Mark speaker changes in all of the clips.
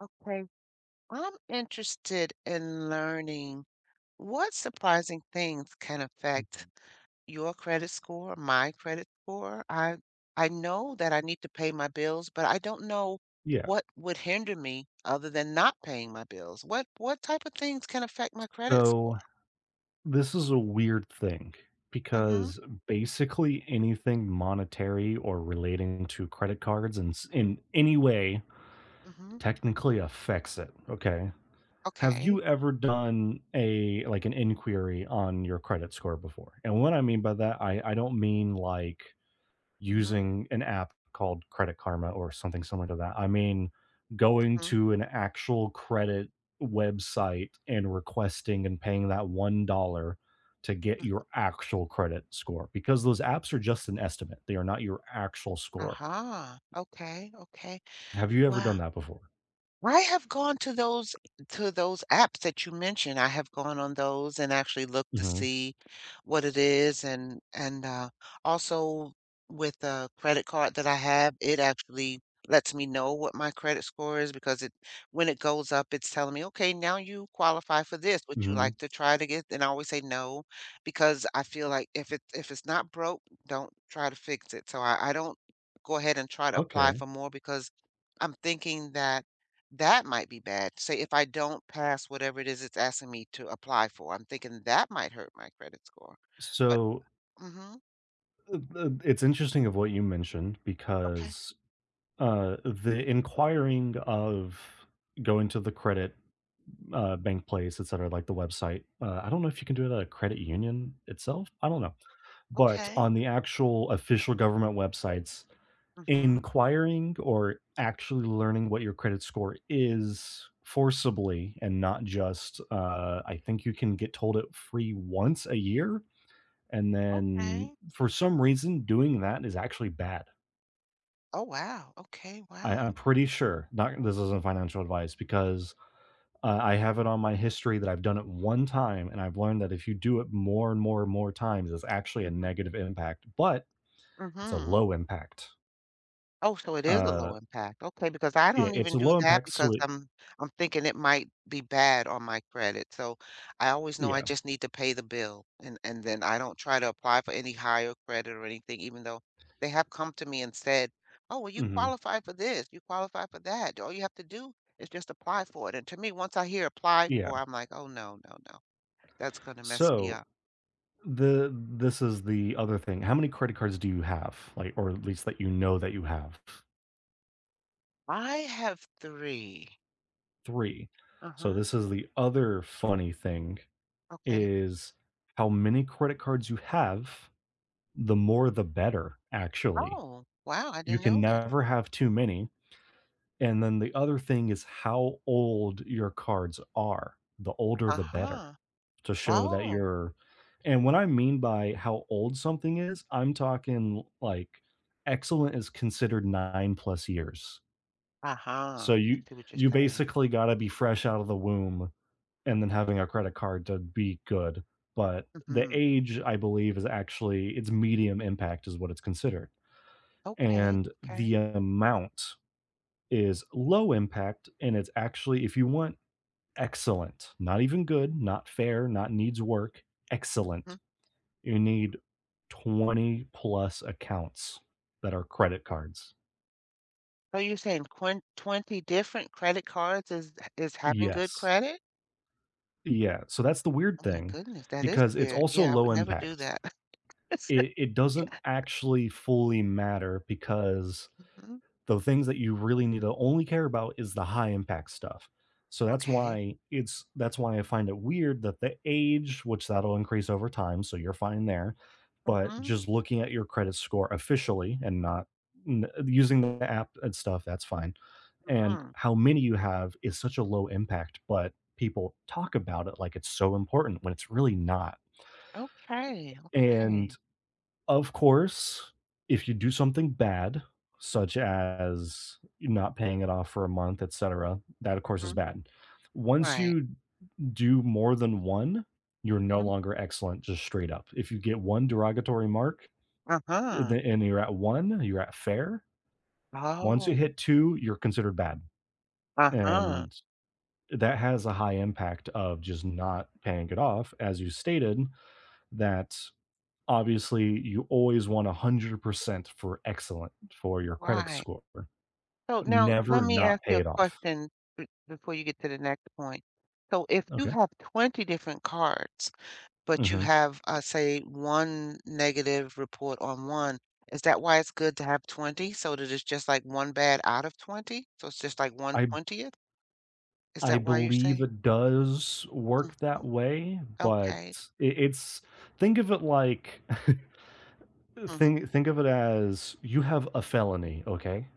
Speaker 1: Okay. I'm interested in learning what surprising things can affect
Speaker 2: Mhm.
Speaker 1: your credit score, my credit score. I know that I need to pay my bills, but I don't know
Speaker 2: Yeah.
Speaker 1: what would hinder me other than not paying my bills. What type of things can affect my credit score?
Speaker 2: So this is a weird thing
Speaker 1: Mm-hmm.
Speaker 2: because basically anything monetary or relating to credit cards in any way
Speaker 1: Mm-hmm.
Speaker 2: technically affects it. Okay. Have
Speaker 1: Okay.
Speaker 2: you ever done a like an inquiry on your credit score before? And what I mean by that, I don't mean like
Speaker 1: Mm-hmm.
Speaker 2: using an app called Credit Karma or something similar to that. I mean, going
Speaker 1: Mm-hmm.
Speaker 2: to an actual credit website and requesting and paying that $1 to get
Speaker 1: Mm-hmm.
Speaker 2: your actual credit score because those apps are just an estimate. They are not your actual score.
Speaker 1: Uh-huh. Okay. Okay.
Speaker 2: Have you ever
Speaker 1: Wow.
Speaker 2: done that before?
Speaker 1: I have gone to those apps that you mentioned. I have gone on those and actually looked to
Speaker 2: Mhm,
Speaker 1: see what it is and also with the credit card that I have, it actually lets me know what my credit score is because it when it goes up, it's telling me, "Okay, now you qualify for this. Would you
Speaker 2: mhm.
Speaker 1: like to try to get," and I always say no because I feel like if it's not broke, don't try to fix it. So I don't go ahead and try to apply
Speaker 2: Okay.
Speaker 1: for more because I'm thinking that that might be bad. Say if I don't pass whatever it is it's asking me to apply for, I'm thinking that might hurt my credit score. But
Speaker 2: So,
Speaker 1: mhm,
Speaker 2: uh, uh, it's interesting of what you mentioned
Speaker 1: okay,
Speaker 2: because, the inquiring of going to the credit bank plays, etc., like the website. I don't know if you can do it at a credit union itself. I don't know, but
Speaker 1: okay,
Speaker 2: on the actual official government websites,
Speaker 1: mhm,
Speaker 2: inquiring or actually learning what your credit score is forcibly, and not just I think you can get told it free once a year, and then
Speaker 1: okay.
Speaker 2: for some reason doing that is actually bad.
Speaker 1: Oh, wow, okay,
Speaker 2: I,
Speaker 1: wow.
Speaker 2: i'm pretty sure, not, this isn't financial advice because I have it on my history that I've done it one time, and I've learned that if you do it more and more and more times, it's actually a
Speaker 1: Mhm,
Speaker 2: negative impact, but it's a
Speaker 1: mhm.
Speaker 2: low impact.
Speaker 1: Oh, so it is a
Speaker 2: Uh,
Speaker 1: low impact. Okay, because I
Speaker 2: yeah,
Speaker 1: don't
Speaker 2: it's
Speaker 1: even
Speaker 2: a
Speaker 1: do
Speaker 2: low
Speaker 1: that
Speaker 2: impact. So
Speaker 1: because
Speaker 2: it,
Speaker 1: I'm thinking it might be bad on my credit. So I always know I
Speaker 2: yeah,
Speaker 1: just need to pay the bill and then I don't try to apply for any higher credit or anything, even though they have come to me and said, "Oh, well, you
Speaker 2: hmm
Speaker 1: qualify for this, you qualify for that. All you have to do is just apply for it." And to me, once I hear apply
Speaker 2: yeah.
Speaker 1: for, I'm like, "Oh no, no, no. That's gonna mess me
Speaker 2: So
Speaker 1: up."
Speaker 2: the this is the other thing. How many credit cards do you have, like, or at least that you know that you have?
Speaker 1: I have three.
Speaker 2: Three. So
Speaker 1: Uh-huh.
Speaker 2: this is the other funny thing,
Speaker 1: Okay.
Speaker 2: is how many credit cards you have. The more, the better. Actually,
Speaker 1: Oh, wow, I
Speaker 2: you
Speaker 1: didn't
Speaker 2: can
Speaker 1: know that.
Speaker 2: never have too many. And then the other thing is how old your cards are. The older, the better,
Speaker 1: Uh-huh.
Speaker 2: to show that
Speaker 1: Oh,
Speaker 2: you're, and what I mean by how old something is, I'm talking like excellent is considered 9 plus years.
Speaker 1: uh-huh.
Speaker 2: So
Speaker 1: I
Speaker 2: you
Speaker 1: see what you're
Speaker 2: you
Speaker 1: saying.
Speaker 2: basically gotta be fresh out of the womb and then having a credit card to be good. But the
Speaker 1: Mhm.
Speaker 2: age, I believe, is actually, it's medium impact is what it's considered.
Speaker 1: Okay,
Speaker 2: And
Speaker 1: okay.
Speaker 2: the amount is low impact, and it's actually, if you want excellent, not even good, not fair, not needs work,
Speaker 1: Mhm.
Speaker 2: excellent, you need 20 plus accounts that are credit cards.
Speaker 1: So you're saying quen 20 different credit cards is having good
Speaker 2: Yes.
Speaker 1: credit?
Speaker 2: Yeah, so that's the weird
Speaker 1: Oh my
Speaker 2: thing
Speaker 1: goodness, that is
Speaker 2: because it's
Speaker 1: weird.
Speaker 2: also
Speaker 1: Yeah, I
Speaker 2: low
Speaker 1: would never do
Speaker 2: impact.
Speaker 1: that.
Speaker 2: It doesn't
Speaker 1: Yeah.
Speaker 2: actually fully matter because
Speaker 1: Mhm.
Speaker 2: the things that you really need to only care about is the high impact stuff. So that's
Speaker 1: Okay.
Speaker 2: why it's that's why I find it weird that the age, which that'll increase over time, so you're fine there, but
Speaker 1: Mhm,
Speaker 2: just looking at your credit score officially and not using the app and stuff, that's fine. And
Speaker 1: mhm.
Speaker 2: how many you have is such a low impact, but people talk about it like it's so important when it's really not.
Speaker 1: Okay,
Speaker 2: And
Speaker 1: okay.
Speaker 2: of course, if you do something bad, such as not paying it off for a month, etcetera, that of course is
Speaker 1: Mhm.
Speaker 2: bad. Once
Speaker 1: Right.
Speaker 2: you do more than one, you're no
Speaker 1: Mhm.
Speaker 2: longer excellent just straight up. If you get one derogatory mark, and
Speaker 1: Uh-huh.
Speaker 2: and you're at one, you're at fair. Once you
Speaker 1: Oh,
Speaker 2: hit two, you're considered bad,
Speaker 1: uh-huh.
Speaker 2: and that has a high impact of just not paying it off, as you stated, that obviously you always want 100% for excellent for your credit
Speaker 1: Right.
Speaker 2: score.
Speaker 1: So now
Speaker 2: Never
Speaker 1: let me ask
Speaker 2: not pay
Speaker 1: you a
Speaker 2: it off.
Speaker 1: question b before you get to the next point. So if you
Speaker 2: Okay.
Speaker 1: have 20 different cards but you
Speaker 2: Mhm.
Speaker 1: have, say, one negative report on one. Is that why it's good to have 20, so that it's just like one bad out of 20? So it's just like one
Speaker 2: I
Speaker 1: 20th. Is
Speaker 2: I
Speaker 1: that why you're
Speaker 2: believe
Speaker 1: saying?
Speaker 2: it does work that
Speaker 1: Mhm.
Speaker 2: way, but
Speaker 1: Okay.
Speaker 2: it, it's think of it like
Speaker 1: Mhm,
Speaker 2: think of it as you have a felony, okay?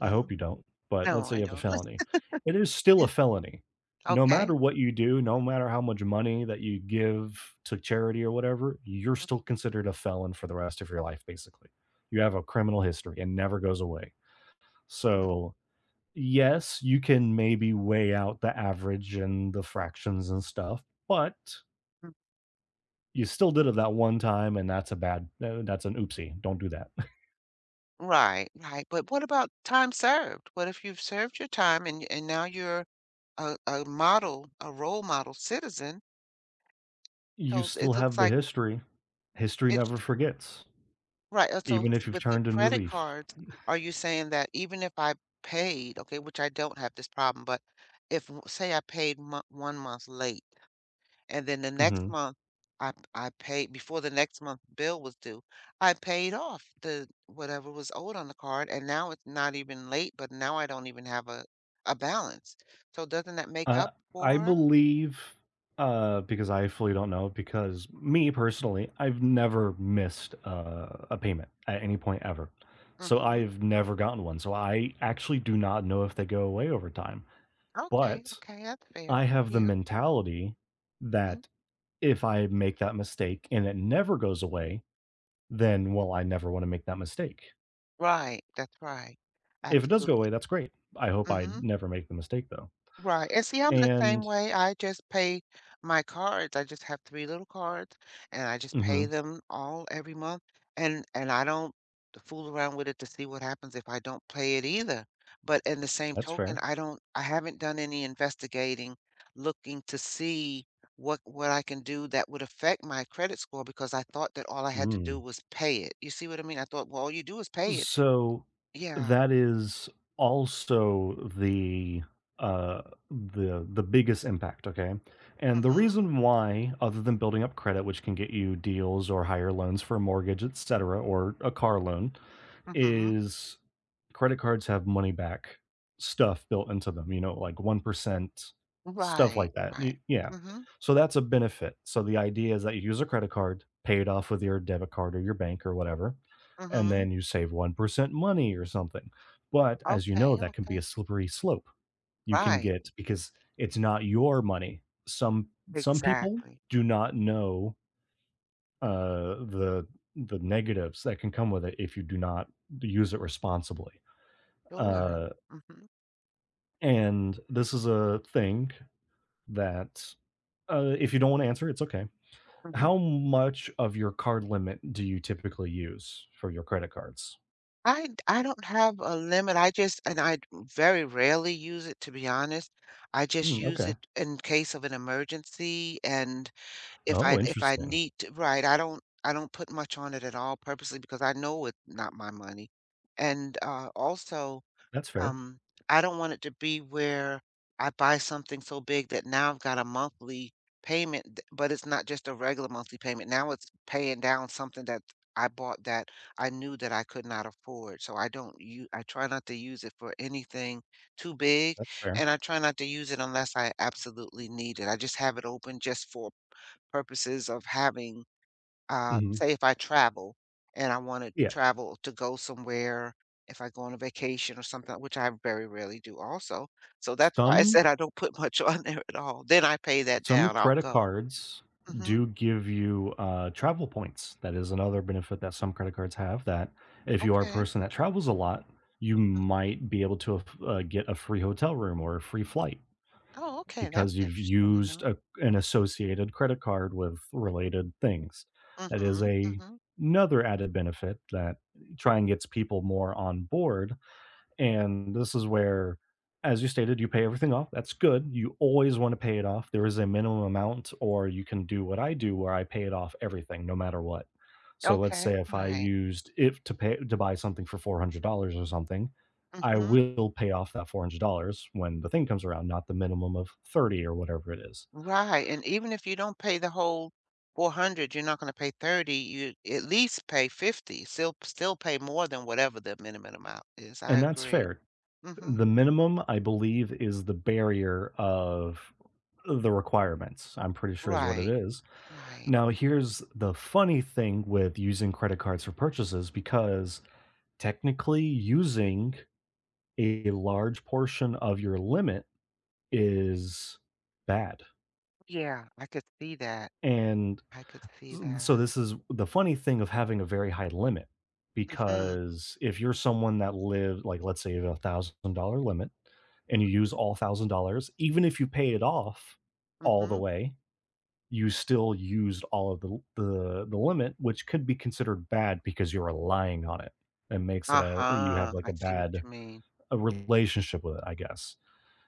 Speaker 2: I hope you don't, but let's
Speaker 1: No,
Speaker 2: say
Speaker 1: I
Speaker 2: you have a
Speaker 1: don't.
Speaker 2: felony. It is still a
Speaker 1: Yeah,
Speaker 2: felony. No
Speaker 1: okay.
Speaker 2: matter what you do, no matter how much money that you give to charity or whatever, you're still considered a felon for the rest of your life, basically. You have a criminal history and never goes away.
Speaker 1: Mm,
Speaker 2: So, yes, you can maybe weigh out the average and the fractions and stuff, but
Speaker 1: mm.
Speaker 2: you still did it that one time, and that's a bad, that's an oopsie. Don't do that.
Speaker 1: Right, right. But what about time served? What if you've served your time and now you're a model, a role model citizen?
Speaker 2: You
Speaker 1: So
Speaker 2: still
Speaker 1: it looks
Speaker 2: have the
Speaker 1: like
Speaker 2: history. History never
Speaker 1: it.
Speaker 2: forgets.
Speaker 1: Right, so s
Speaker 2: Even if you've
Speaker 1: with the
Speaker 2: turned a new
Speaker 1: credit
Speaker 2: leaf.
Speaker 1: cards, are you saying that even if I paid, okay, which I don't have this problem, but if w say I paid mo 1 month late, and then the next
Speaker 2: Mhm.
Speaker 1: month I paid before the next month bill was due, I paid off the whatever was owed on the card, and now it's not even late, but now I don't even have a balance. So doesn't that make
Speaker 2: Uh,
Speaker 1: up
Speaker 2: I
Speaker 1: for
Speaker 2: believe, because I fully don't know, because me personally, I've never missed a payment at any point ever. So
Speaker 1: mhm,
Speaker 2: I've never gotten one. So I actually do not know if they go away over time.
Speaker 1: okay,
Speaker 2: But
Speaker 1: okay, that's fair.
Speaker 2: I have the
Speaker 1: Yeah,
Speaker 2: mentality
Speaker 1: mhm.
Speaker 2: that if I make that mistake and it never goes away, then, well, I never wanna make that mistake.
Speaker 1: Right, that's right.
Speaker 2: If it does go away,
Speaker 1: Absolutely.
Speaker 2: that's great. I hope I
Speaker 1: Mhm.
Speaker 2: never make the mistake though.
Speaker 1: Right, and see, I'm the same
Speaker 2: And
Speaker 1: way, I just pay my cards, I just have 3 little cards, and I just pay
Speaker 2: Mhm.
Speaker 1: them all every month, and I don't fool around with it to see what happens if I don't pay it either, but in the same
Speaker 2: That's
Speaker 1: token,
Speaker 2: fair.
Speaker 1: I haven't done any investigating, looking to see what I can do that would affect my credit score because I thought that all I had to do
Speaker 2: Mm.
Speaker 1: was pay it, you see what I mean? I thought, "Well, all you do is pay it."
Speaker 2: So
Speaker 1: Yeah,
Speaker 2: that is also uh the biggest impact, okay? And
Speaker 1: mm
Speaker 2: the
Speaker 1: mhm,
Speaker 2: reason why, other than building up credit, which can get you deals or higher loans for a mortgage, etc., or a car loan,
Speaker 1: mm mhm.
Speaker 2: is credit cards have money back stuff built into them, like 1%, stuff
Speaker 1: Right,
Speaker 2: like that.
Speaker 1: right.
Speaker 2: Y yeah.
Speaker 1: Mm mhm,
Speaker 2: So that's a benefit. So the idea is that you use a credit card, pay it off with your debit card or your bank or whatever,
Speaker 1: mm
Speaker 2: and then
Speaker 1: mhm.
Speaker 2: you save 1% money or something. But as you know,
Speaker 1: Okay,
Speaker 2: that can be
Speaker 1: okay.
Speaker 2: a slippery slope. You can
Speaker 1: Right.
Speaker 2: get, because it's not your money. Some people
Speaker 1: Exactly.
Speaker 2: do not know uh, the the negatives that can come with it if you do not use it responsibly.
Speaker 1: Sure.
Speaker 2: Uh,
Speaker 1: Mhm,
Speaker 2: and this is a thing that, if you don't want to answer, it's okay.
Speaker 1: mhm.
Speaker 2: How much of your card limit do you typically use for your credit cards?
Speaker 1: I don't have a limit, I just and I very rarely use it, to be honest. I just
Speaker 2: Hmm,
Speaker 1: use
Speaker 2: okay.
Speaker 1: it in case of an emergency, and if
Speaker 2: Oh,
Speaker 1: I
Speaker 2: interesting.
Speaker 1: need to right, I don't put much on it at all purposely because I know it's not my money. And, also
Speaker 2: That's fair.
Speaker 1: Um, I don't want it to be where I buy something so big that now I've got a monthly payment, but it's not just a regular monthly payment. Now it's paying down something that I bought that I knew that I could not afford. So I don't you I try not to use it for anything too big,
Speaker 2: That's fair.
Speaker 1: and I try not to use it unless I absolutely need it. I just have it open just for purposes of having
Speaker 2: Mhm.
Speaker 1: say if I travel and I wanna
Speaker 2: Yeah.
Speaker 1: travel to go somewhere, if I go on a vacation or something, which I very rarely do also. So that's why I
Speaker 2: Some
Speaker 1: said I don't put much on there at all. Then I pay that
Speaker 2: Some
Speaker 1: down, I'll
Speaker 2: credit
Speaker 1: go.
Speaker 2: cards
Speaker 1: Mhm,
Speaker 2: do give you, travel points. That is another benefit that some credit cards have, that if you are a
Speaker 1: okay.
Speaker 2: person that travels a lot, you
Speaker 1: Mm,
Speaker 2: might be able to get a free hotel room or a free flight
Speaker 1: oh, okay, that's
Speaker 2: because you've
Speaker 1: interesting to
Speaker 2: used
Speaker 1: know.
Speaker 2: a an associated credit card with related things. That is
Speaker 1: Mhm,
Speaker 2: a
Speaker 1: mhm.
Speaker 2: another added benefit that try and gets people more on board, and this is where, as you stated, you pay everything off. That's good. You always want to pay it off. There is a minimum amount, or you can do what I do, where I pay it off, everything, no matter what. So let's
Speaker 1: Okay,
Speaker 2: say if I
Speaker 1: right.
Speaker 2: used if to pay to buy something for $400 or something, I
Speaker 1: Mhm.
Speaker 2: will pay off that $400 when the thing comes around, not the minimum of 30 or whatever it is.
Speaker 1: Right, and even if you don't pay the whole 400, you're not gonna pay 30, you at least pay 50, still pay more than whatever the minimum amount is, I
Speaker 2: And that's
Speaker 1: agree.
Speaker 2: fair.
Speaker 1: Mhm.
Speaker 2: The minimum, I believe, is the barrier of the requirements, I'm pretty sure, is what it
Speaker 1: Right,
Speaker 2: is.
Speaker 1: right.
Speaker 2: Now, here's the funny thing with using credit cards for purchases, because technically using a large portion of your limit is bad.
Speaker 1: Yeah, I could see that.
Speaker 2: And
Speaker 1: I could see that.
Speaker 2: so, this is the funny thing of having a very high limit,
Speaker 1: Mhm.
Speaker 2: because if you're someone that lives, like, let's say, you have a $1,000 limit and you use all $1,000, even if you pay it off all the
Speaker 1: Mhm.
Speaker 2: way, you still used all of the limit, which could be considered bad because you're relying on it. It makes it a, you have,
Speaker 1: Uh-huh,
Speaker 2: like,
Speaker 1: I
Speaker 2: a
Speaker 1: see what
Speaker 2: bad,
Speaker 1: you mean.
Speaker 2: a relationship with it, I guess,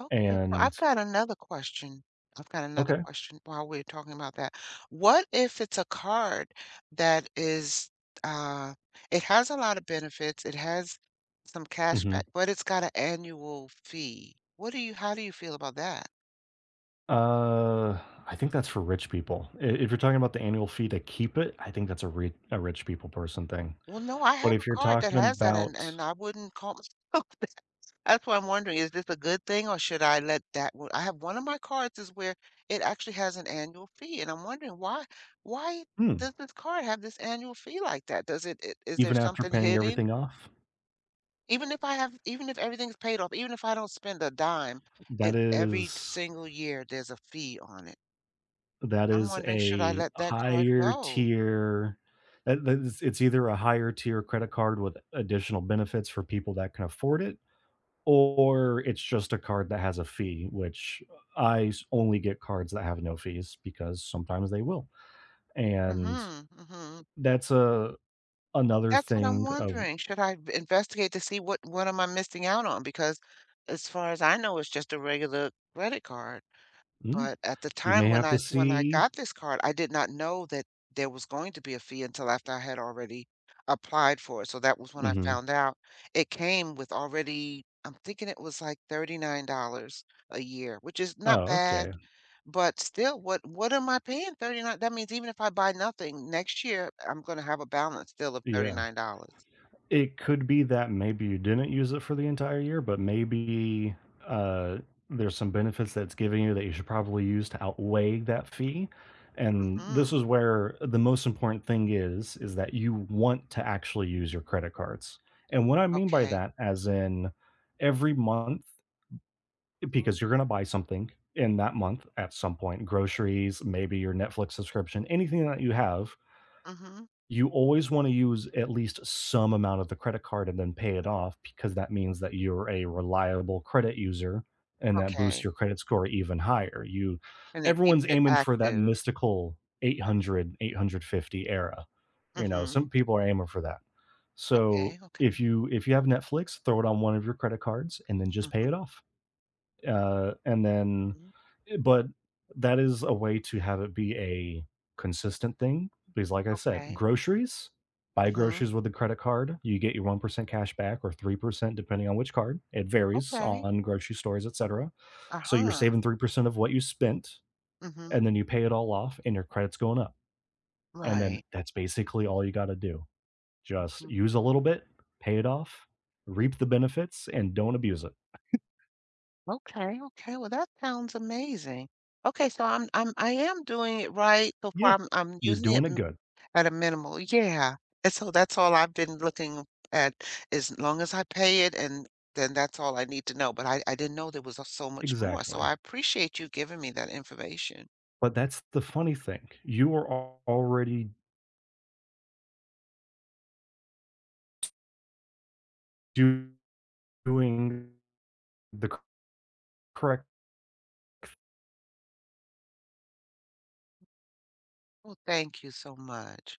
Speaker 1: Okay, so I've
Speaker 2: and
Speaker 1: got another question. I've got another
Speaker 2: okay.
Speaker 1: question while we're talking about that. What if it's a card that is, uh it has a lot of benefits, it has some cash
Speaker 2: Mhm.
Speaker 1: back, but it's got an annual fee? What do you how do you feel about that?
Speaker 2: Uh, I think that's for rich people. I If you're talking about the annual fee to keep it, I think that's a rich people person thing.
Speaker 1: Well, no, I
Speaker 2: But
Speaker 1: have
Speaker 2: if
Speaker 1: a
Speaker 2: you're
Speaker 1: card that
Speaker 2: talking
Speaker 1: has that, and
Speaker 2: about,
Speaker 1: and I wouldn't call myself That's why I'm wondering, is this a good thing, or should I let that one I have one of my cards is where it actually has an annual fee, and I'm wondering why
Speaker 2: Hmm,
Speaker 1: does this card have this annual fee like that? Does it it is there
Speaker 2: even after
Speaker 1: something
Speaker 2: paying
Speaker 1: hidden?
Speaker 2: everything off?
Speaker 1: Even if I have even if everything's paid off, even if I don't spend a dime,
Speaker 2: That
Speaker 1: it every
Speaker 2: is
Speaker 1: single year there's a fee on it.
Speaker 2: That
Speaker 1: I'm
Speaker 2: is
Speaker 1: wondering, should I
Speaker 2: a
Speaker 1: let that card
Speaker 2: higher
Speaker 1: go?
Speaker 2: tier, that that is it's either a higher tier credit card with additional benefits for people that can afford it, or it's just a card that has a fee, which I s only get cards that have no fees because sometimes they will, and
Speaker 1: Mhm, mhm.
Speaker 2: that's a another
Speaker 1: That's what I'm
Speaker 2: thing of
Speaker 1: wondering. Should I b investigate to see what am I missing out on? Because as far as I know, it's just a regular credit card.
Speaker 2: mm?
Speaker 1: But at the
Speaker 2: You
Speaker 1: time
Speaker 2: may
Speaker 1: when
Speaker 2: have to
Speaker 1: I
Speaker 2: see.
Speaker 1: got this card, I did not know that there was going to be a fee until after I had already applied for it, so that was when I
Speaker 2: Mhm.
Speaker 1: found out. It came with already I'm thinking it was like $39 a year, which is not
Speaker 2: Oh,
Speaker 1: bad,
Speaker 2: okay.
Speaker 1: but still, what am I paying 39, that means even if I buy nothing, next year, I'm gonna have a balance still of
Speaker 2: Yeah.
Speaker 1: $39.
Speaker 2: It could be that maybe you didn't use it for the entire year, but maybe uh, there's some benefits that's giving you that you should probably use to outweigh that fee. And this
Speaker 1: Mhm.
Speaker 2: is where the most important thing is that you want to actually use your credit cards. And what I mean by
Speaker 1: Okay.
Speaker 2: that, as in every month,
Speaker 1: Mhm.
Speaker 2: because you're going to buy something in that month at some point, groceries, maybe your Netflix subscription, anything that you have,
Speaker 1: Mhm.
Speaker 2: you always wanna use at least some amount of the credit card and then pay it off, because that means that you're a reliable credit user, and that boosts
Speaker 1: Okay.
Speaker 2: your credit score even higher. You
Speaker 1: And it keeps
Speaker 2: everyone's
Speaker 1: it
Speaker 2: aiming for that
Speaker 1: active.
Speaker 2: mystical 800, 850 era. You know,
Speaker 1: Mhm.
Speaker 2: some people are aiming for that. So,
Speaker 1: Okay, okay.
Speaker 2: if you have Netflix, throw it on one of your credit cards and then just pay it
Speaker 1: Mhm.
Speaker 2: off. And then
Speaker 1: Mhm.
Speaker 2: but that is a way to have it be a consistent thing, because, like I said,
Speaker 1: Okay.
Speaker 2: groceries, buy
Speaker 1: Mhm.
Speaker 2: groceries with a credit card. You get your 1% cash back or 3%, depending on which card. It varies
Speaker 1: Okay.
Speaker 2: on grocery stores, etc. So you're
Speaker 1: Uh-huh.
Speaker 2: saving 3% of what you spent,
Speaker 1: Mhm.
Speaker 2: and then you pay it all off, and your credit's going up. And then
Speaker 1: Right.
Speaker 2: that's basically all you got to do. Just
Speaker 1: Mm.
Speaker 2: use a little bit, pay it off, reap the benefits, and don't abuse it.
Speaker 1: Okay, okay. Well, that sounds amazing. Okay, so I am doing it right so
Speaker 2: Yeah,
Speaker 1: far. I'm
Speaker 2: you're
Speaker 1: using it
Speaker 2: doing it
Speaker 1: m
Speaker 2: good.
Speaker 1: at a minimal. Yeah. And so that's all I've been looking at as long as I pay it and then that's all I need to know. But I didn't know there was so much more. So
Speaker 2: Exactly.
Speaker 1: I appreciate you giving me that information.
Speaker 2: But that's the funny thing. You were already do- doing the correct
Speaker 1: Well, thank you so much.